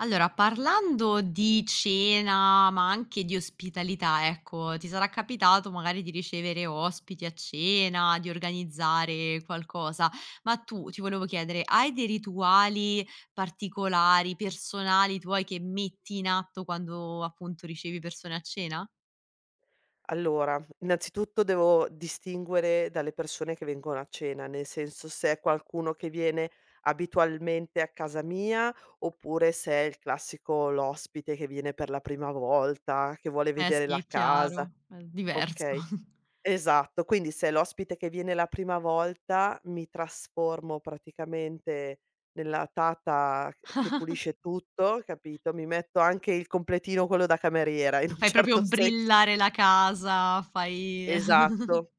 Allora, parlando di cena, ma anche di ospitalità, ecco, ti sarà capitato magari di ricevere ospiti a cena, di organizzare qualcosa, ma tu ti volevo chiedere, hai dei rituali particolari, personali tuoi che metti in atto quando appunto ricevi persone a cena? Allora, innanzitutto devo distinguere dalle persone che vengono a cena, nel senso se è qualcuno che viene abitualmente a casa mia oppure se è il classico l'ospite che viene per la prima volta, che vuole Eh vedere sì, la è casa. chiaro, è diverso. Okay, esatto. Quindi se è l'ospite che viene la prima volta, mi trasformo praticamente nella tata che pulisce tutto, capito, mi metto anche il completino quello da cameriera in un Fai proprio certo senso. brillare la casa, fai Esatto.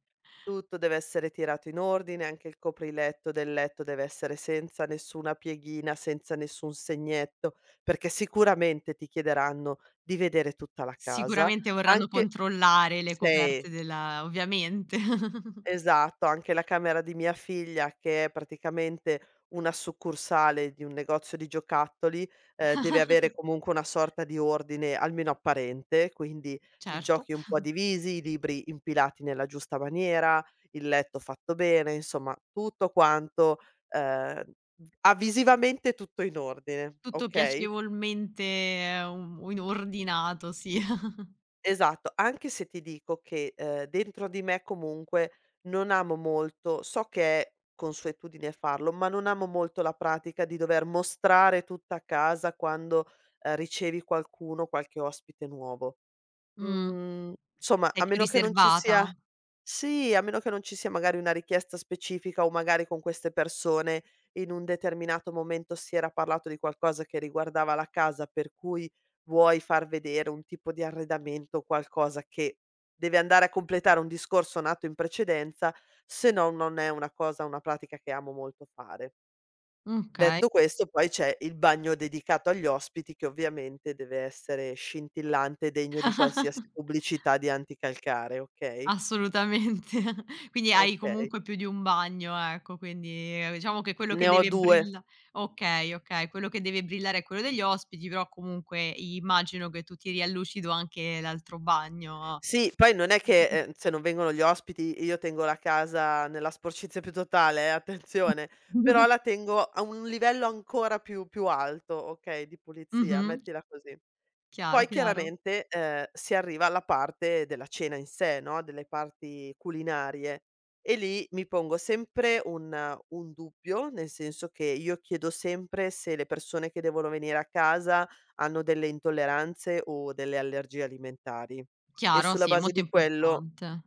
Tutto deve essere tirato in ordine, anche il copriletto del letto deve essere senza nessuna pieghina, senza nessun segnetto, perché sicuramente ti chiederanno di vedere tutta la casa. Sicuramente vorranno Anche controllare le se coperte della ovviamente, Esatto, anche la camera di mia figlia, che è praticamente una succursale di un negozio di giocattoli. Deve avere comunque una sorta di ordine, almeno apparente, quindi i certo. giochi un po' divisi, i libri impilati nella giusta maniera, il letto fatto bene, insomma tutto quanto, ehm, v ha visivamente tutto in ordine, Tutto okay? piacevolmente, u in ordinato, sì. Esatto, anche se ti dico che, dentro di me comunque non amo molto, so che è consuetudine farlo, ma non amo molto la pratica di dover mostrare tutta a casa quando, ricevi qualcuno, qualche ospite nuovo. Mh. Insomma, Sei a più meno che non ci riservata? sia sì, a meno che non ci sia magari una richiesta specifica o magari con queste persone in un determinato momento si era parlato di qualcosa che riguardava la casa, per cui vuoi far vedere un tipo di arredamento o qualcosa che deve andare a completare un discorso nato in precedenza, se no non è una cosa, una pratica che amo molto fare. Okay. Detto questo, poi c'è il bagno dedicato agli ospiti che ovviamente deve essere scintillante, e degno di qualsiasi pubblicità di anticalcare, okay? Assolutamente. Quindi hai Okay. comunque più di un bagno, ecco, quindi, diciamo che quello Ne che ho deve 2. brilla okay, okay, quello che deve brillare è quello degli ospiti, però comunque immagino che tu tiri a lucido anche l'altro bagno. Sì, poi non è che, se non vengono gli ospiti io tengo la casa nella sporcizia più totale, attenzione, però la tengo a un livello ancora più alto, okay, di pulizia, Mh-mh. mettila così. Chiaro, Poi chiaro. chiaramente, si arriva alla parte della cena in sé, no, delle parti culinarie e lì mi pongo sempre un dubbio, nel senso che io chiedo sempre se le persone che devono venire a casa hanno delle intolleranze o delle allergie alimentari e Chiaro, sulla sì, è base molto di quello. importante.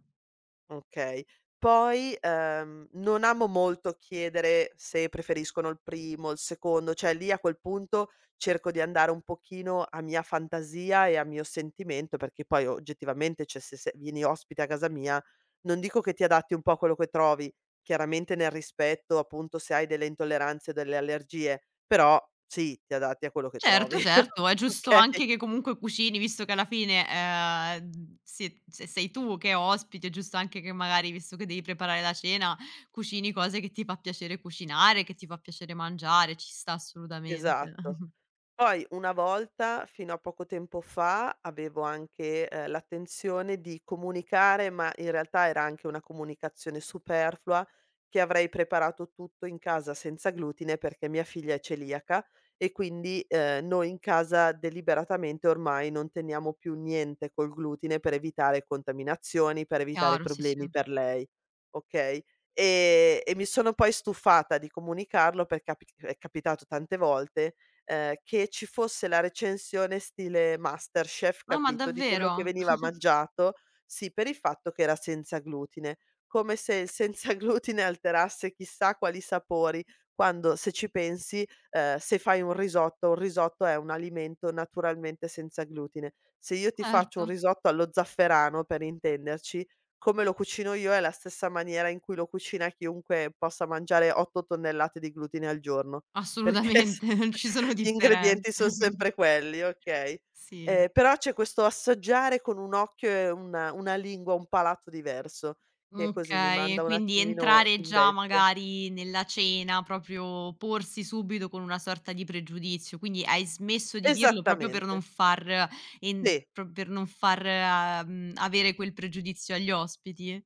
Okay. Poi, non amo molto chiedere se preferiscono il primo, il secondo, cioè lì a quel punto cerco di andare un pochino a mia fantasia e a mio sentimento, perché poi oggettivamente, cioè se vieni ospite a casa mia, non dico che ti adatti un po' a quello che trovi, chiaramente nel rispetto appunto se hai delle intolleranze o delle allergie, però sì, ti adatti a quello che Certo, trovi. certo, è giusto Okay, anche che comunque cucini, visto che alla fine, d sie se sei tu che è ospite, è giusto anche che magari, visto che devi preparare la cena, cucini cose che ti fa piacere cucinare, che ti fa piacere mangiare, ci sta assolutamente. esatto. Poi una volta, fino a poco tempo fa, avevo anche, l'attenzione di comunicare, ma in realtà era anche una comunicazione superflua, che avrei preparato tutto in casa senza glutine perché mia figlia è celiaca e quindi, noi in casa deliberatamente ormai non teniamo più niente col glutine per evitare contaminazioni, per evitare Chiaro, sì, sì. problemi per lei, okay. E mi sono poi stufata di comunicarlo perché capi è capitato tante volte, che ci fosse la recensione stile MasterChef, No, ma capito, di quello che davvero? veniva mangiato, sì, per il fatto che era senza glutine. Come se il senza glutine alterasse chissà quali sapori, quando se ci pensi, se fai un risotto è un alimento naturalmente senza glutine. Se io ti faccio Certo. un risotto allo zafferano, per intenderci, come lo cucino io è la stessa maniera in cui lo cucina chiunque possa mangiare 8 tonnellate di glutine al giorno, perché s Assolutamente, non ci sono gli ingredienti differenze. son sempre quelli, okay. Sì. Però c'è questo assaggiare con un occhio e una lingua, un palato diverso, che così mi Okay, manda un quindi attimino entrare in già bestia. magari nella cena, proprio porsi subito con una sorta di pregiudizio, quindi hai smesso di dirlo proprio per Esattamente, non far en sì. pro per non far, mhmm, avere quel pregiudizio agli ospiti?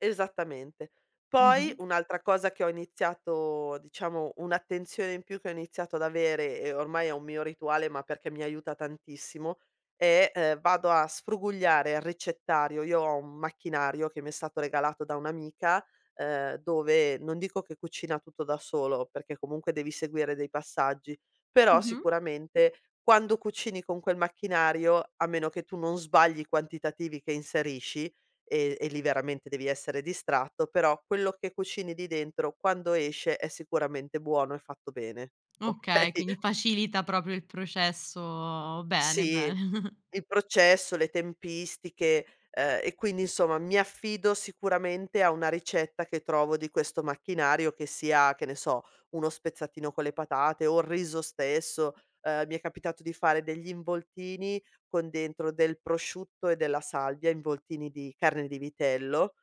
Esattamente. Poi Mh-mh. un'altra cosa che ho iniziato, diciamo un'attenzione in più che ho iniziato ad avere e ormai è un mio rituale, ma perché mi aiuta tantissimo, vado a sfrugugliare il ricettario. Io ho un macchinario che mi è stato regalato da un'amica, dove non dico che cucina tutto da solo, perché comunque devi seguire dei passaggi, però Mh-mh. sicuramente quando cucini con quel macchinario, a meno che tu non sbagli i quantitativi che inserisci e lì veramente devi essere distratto, però quello che cucini lì dentro quando esce è sicuramente buono e fatto bene, okay? Okay, quindi facilita proprio il processo. Bene, Sì, bene. il processo, le tempistiche, e quindi insomma mi affido sicuramente a una ricetta che trovo di questo macchinario che sia, che ne so, uno spezzatino con le patate o il riso stesso. Mi è capitato di fare degli involtini con dentro del prosciutto e della salvia, involtini di carne di vitello.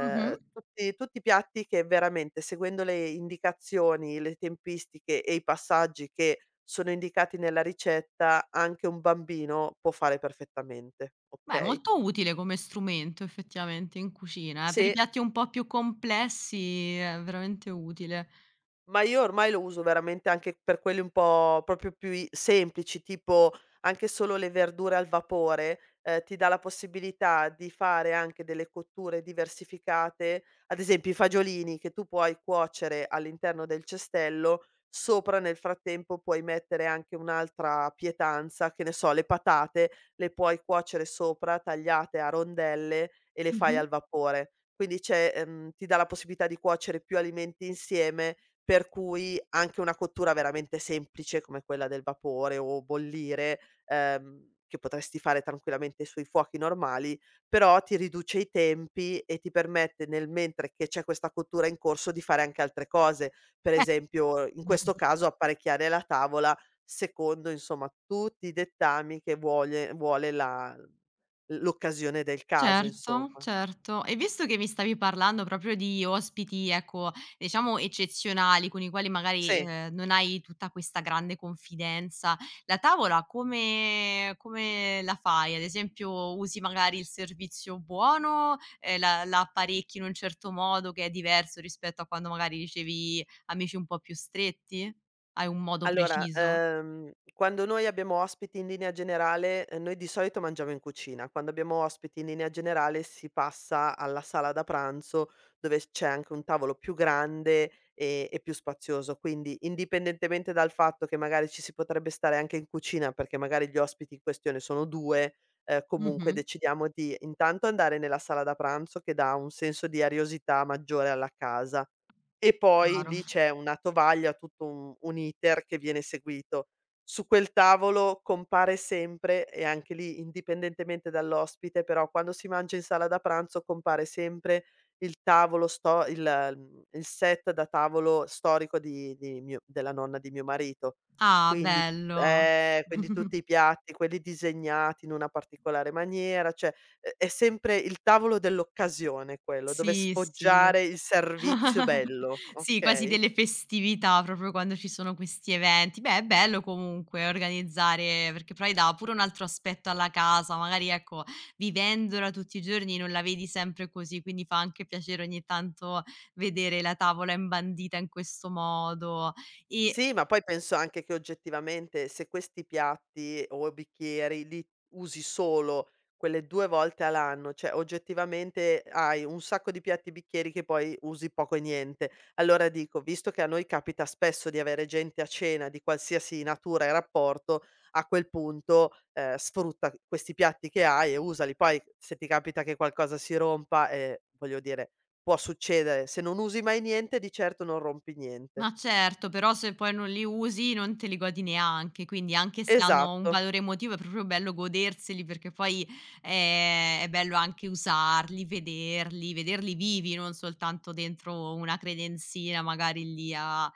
Mh-mh. tutti tutti i piatti che veramente seguendo le indicazioni, le tempistiche e i passaggi che sono indicati nella ricetta, anche un bambino può fare perfettamente, Beh, okay. molto utile come strumento effettivamente in cucina, per i se piatti un po' più complessi è veramente utile. Ma io ormai lo uso veramente anche per quelli un po' proprio più i semplici, tipo anche solo le verdure al vapore, ti dà la possibilità di fare anche delle cotture diversificate, ad esempio i fagiolini che tu puoi cuocere all'interno del cestello, sopra nel frattempo puoi mettere anche un'altra pietanza, che ne so, le patate le puoi cuocere sopra, tagliate a rondelle e le fai Mh-mh. al vapore. Quindi c'è ti dà la possibilità di cuocere più alimenti insieme, per cui anche una cottura veramente semplice come quella del vapore o bollire, che potresti fare tranquillamente sui fuochi normali, però ti riduce i tempi e ti permette, nel mentre che c'è questa cottura in corso, di fare anche altre cose. Per Beh. esempio, in questo caso apparecchiare la tavola secondo, insomma, tutti i dettami che vuole la l'occasione del caso, Certo, insomma. certo. E visto che mi stavi parlando proprio di ospiti, ecco, diciamo eccezionali, con i quali magari, Sì. Non hai tutta questa grande confidenza, la tavola come come la fai? Ad esempio, usi magari il servizio buono, la apparecchi in un certo modo che è diverso rispetto a quando magari ricevi amici un po' più stretti? Hai un modo Allora, preciso? Quando noi abbiamo ospiti in linea generale, noi di solito mangiamo in cucina, quando abbiamo ospiti in linea generale si passa alla sala da pranzo, dove s c'è anche un tavolo più grande, e più spazioso. Quindi, indipendentemente dal fatto che magari ci si potrebbe stare anche in cucina, perché magari gli ospiti in questione sono 2, comunque Mh-mh, decidiamo di intanto andare nella sala da pranzo, che dà un senso di ariosità maggiore alla casa. E poi chiaro. lì c'è una tovaglia, tutto un iter che viene seguito. Su quel tavolo compare sempre, e anche lì indipendentemente dall'ospite, però quando si mangia in sala da pranzo compare sempre il tavolo sto il il set da tavolo storico di mio della nonna di mio marito. Ah, Quindi bello. quindi tutti i piatti, quelli disegnati in una particolare maniera, cioè. È sempre il tavolo dell'occasione quello, dove Sì, sì. sfoggiare il servizio bello, Sì, quasi okay? delle festività proprio quando ci sono questi eventi. Beh, è bello comunque organizzare, perché poi dà pure un altro aspetto alla casa, magari ecco, vivendola tutti i giorni non la vedi sempre così, quindi fa anche piacere ogni tanto vedere la tavola imbandita in questo modo. E Sì, ma poi penso anche che oggettivamente se questi piatti o bicchieri li usi solo quelle 2 volte all'anno, cioè oggettivamente hai un sacco di piatti e bicchieri che poi usi poco e niente. Allora dico, visto che a noi capita spesso di avere gente a cena di qualsiasi natura e rapporto, a quel punto, sfrutta questi piatti che hai e usali. Poi se ti capita che qualcosa si rompa, voglio dire, può succedere. Se non usi mai niente, di certo non rompi niente. Ma certo, però se poi non li usi non te li godi neanche, quindi anche se hanno un Esatto. valore emotivo è proprio bello goderseli perché poi, è bello anche usarli, vederli, vederli vivi, non soltanto dentro una credenzina magari lì a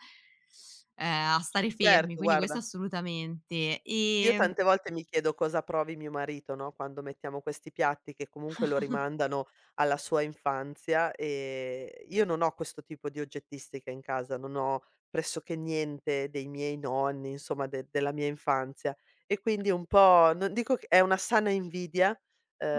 ehm, a stare fermi, Certo, quindi questo guarda, assolutamente. io tante volte mi chiedo cosa provi mio marito, no, quando mettiamo questi piatti che comunque lo rimandano alla sua infanzia. Io non ho questo tipo di oggettistica in casa, non ho pressoché niente dei miei nonni, insomma de della mia infanzia, e quindi un po' non dico che è una sana invidia,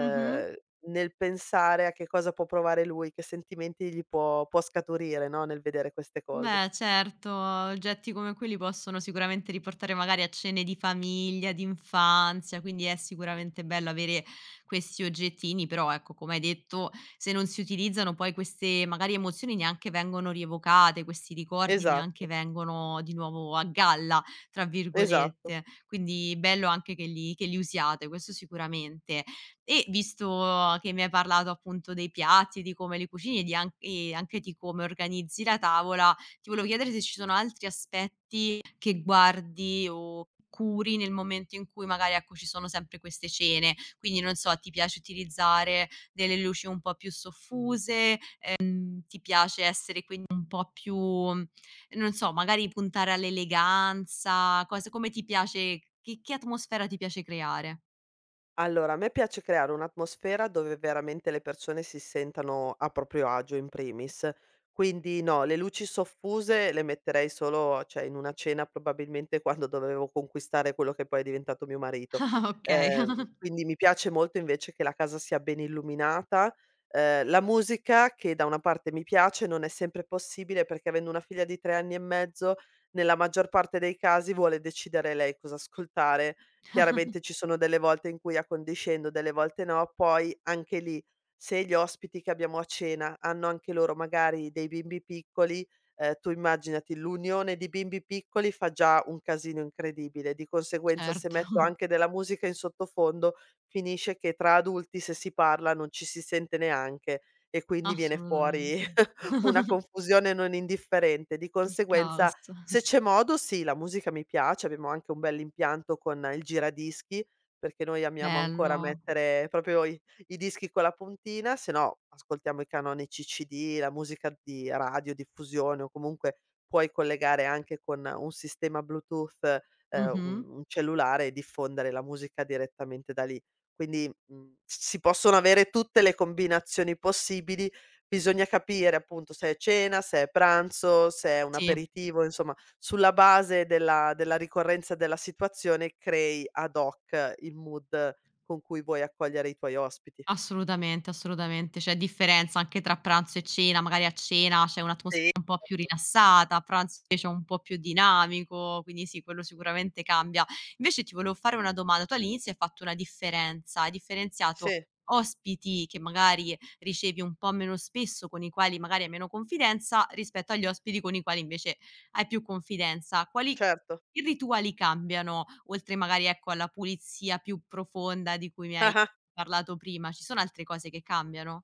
Mh-mh. nel pensare a che cosa può provare lui, che sentimenti gli può scaturire, no, nel vedere queste cose. Beh, certo, oggetti come quelli possono sicuramente riportare magari a cene di famiglia, di infanzia, quindi è sicuramente bello avere questi oggettini, però ecco, come hai detto, se non si utilizzano poi queste magari emozioni neanche vengono rievocate, questi ricordi neanche Esatto, vengono di nuovo a galla, tra esatto. virgolette. Quindi bello anche che li usiate, questo sicuramente. E visto che mi hai parlato appunto dei piatti, di come li cucini e di an- e anche di come organizzi la tavola, ti volevo chiedere se ci sono altri aspetti che guardi o curi nel momento in cui magari, ecco, ci sono sempre queste cene. Quindi, non so, ti piace utilizzare delle luci un po' più soffuse, ti piace essere quindi un po' più non so, magari puntare all'eleganza, cose come ti piace che atmosfera ti piace creare? Allora, a me piace creare un'atmosfera dove veramente le persone si sentano a proprio agio in primis. Quindi no, le luci soffuse le metterei solo, cioè in una cena probabilmente quando dovevo conquistare quello che poi è diventato mio marito. Ah, okay. Quindi mi piace molto invece che la casa sia ben illuminata. La musica, che da una parte mi piace, non è sempre possibile perché, avendo una figlia di 3 anni e mezzo, nella maggior parte dei casi vuole decidere lei cosa ascoltare. Chiaramente ci sono delle volte in cui accondiscendo, delle volte no, poi anche lì, se gli ospiti che abbiamo a cena hanno anche loro magari dei bimbi piccoli, tu immaginati, l'unione di bimbi piccoli fa già un casino incredibile, di conseguenza se Certo, metto anche della musica in sottofondo, finisce che tra adulti, se si parla, non ci si sente neanche, e quindi viene assolutamente. fuori una confusione non indifferente. Di Il conseguenza, caos. se c'è modo, sì, la musica mi piace, abbiamo anche un bell'impianto con il giradischi, perché noi amiamo ancora Bello. mettere proprio i dischi con la puntina, se no ascoltiamo i canonici CD, la musica di radiodiffusione, o comunque puoi collegare anche con un sistema Bluetooth, ehm, Mh-mh. un un cellulare e diffondere la musica direttamente da lì. Quindi, si possono avere tutte le combinazioni possibili. Bisogna capire appunto se è cena, se è pranzo, se è un Sì. aperitivo, insomma sulla base della della ricorrenza della situazione crei ad hoc il mood con cui vuoi accogliere i tuoi ospiti. Assolutamente, assolutamente. C'è differenza anche tra pranzo e cena, magari a cena c'è un'atmosfera Sì, un po' più certo. rilassata, a pranzo invece è un po' più dinamico, quindi sì, quello sicuramente cambia. Invece ti volevo fare una domanda: tu all'inizio hai fatto una differenza, hai differenziato Sì, ospiti che magari ricevi un po' meno spesso, con i quali magari hai meno confidenza, rispetto agli ospiti con i quali invece hai più confidenza. Quali certo. che rituali cambiano, oltre magari, ecco, alla pulizia più profonda di cui mi hai Ah-ah. parlato prima, ci sono altre cose che cambiano?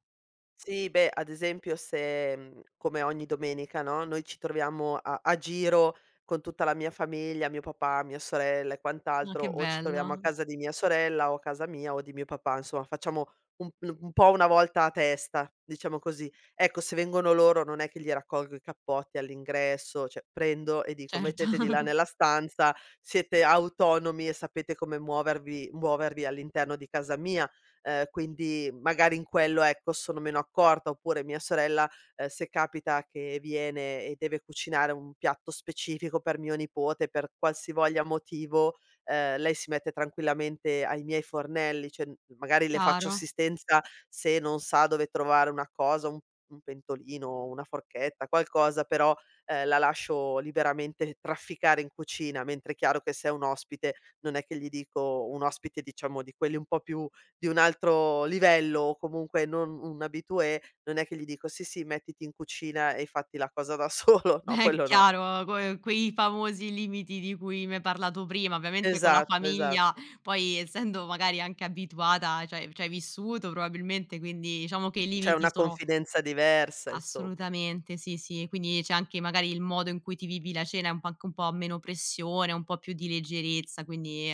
Sì, beh, ad esempio se, come ogni domenica, no, noi ci troviamo a giro con tutta la mia famiglia, mio papà, mia sorella e Ah, quant'altro, che o ci troviamo a bello. casa di mia sorella o a casa mia o di mio papà, insomma facciamo un po' una volta a testa, diciamo così. Ecco, se vengono loro non è che gli raccolgo i cappotti all'ingresso, cioè prendo e dico: Certo, "Mettete di là nella stanza, siete autonomi e sapete come muovervi all'interno di casa mia". Quindi magari in quello, ecco, sono meno accorta, oppure mia sorella, se capita che viene e deve cucinare un piatto specifico per mio nipote, per qualsivoglia motivo, lei si mette tranquillamente ai miei fornelli, cioè, magari le faccio chiaro. assistenza se non sa dove trovare una cosa, un pentolino, una forchetta, qualcosa, però, la lascio liberamente trafficare in cucina, mentre è chiaro che se è un ospite, non è che gli dico, un ospite diciamo di quelli un po' più di un altro livello o comunque non un habitué, non è che gli dico: "Sì, sì, mettiti in cucina e fatti la cosa da solo." No, Beh, è quello no. chiaro, que quei famosi limiti di cui mi hai parlato prima, ovviamente con la Esatto, famiglia, esatto. poi essendo magari anche abituata, cioè c'hai vissuto probabilmente, quindi diciamo che i C'è limiti una sono confidenza diversa, insomma. assolutamente, sì, sì, quindi c'è anche magari il modo in cui ti vivi la cena, è un po' anche un po' meno pressione, un po' più di leggerezza, quindi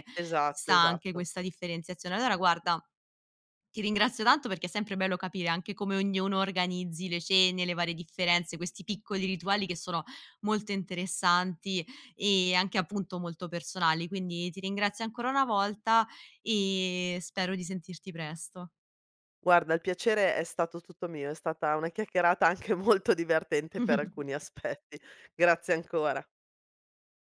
ci Esatto, sta anche esatto. questa differenziazione. Allora guarda. Ti ringrazio tanto perché è sempre bello capire anche come ognuno organizzi le cene, le varie differenze, questi piccoli rituali che sono molto interessanti e anche appunto molto personali. Quindi ti ringrazio ancora una volta e spero di sentirti presto. Guarda, il piacere è stato tutto mio, è stata una chiacchierata anche molto divertente per alcuni aspetti. Grazie ancora.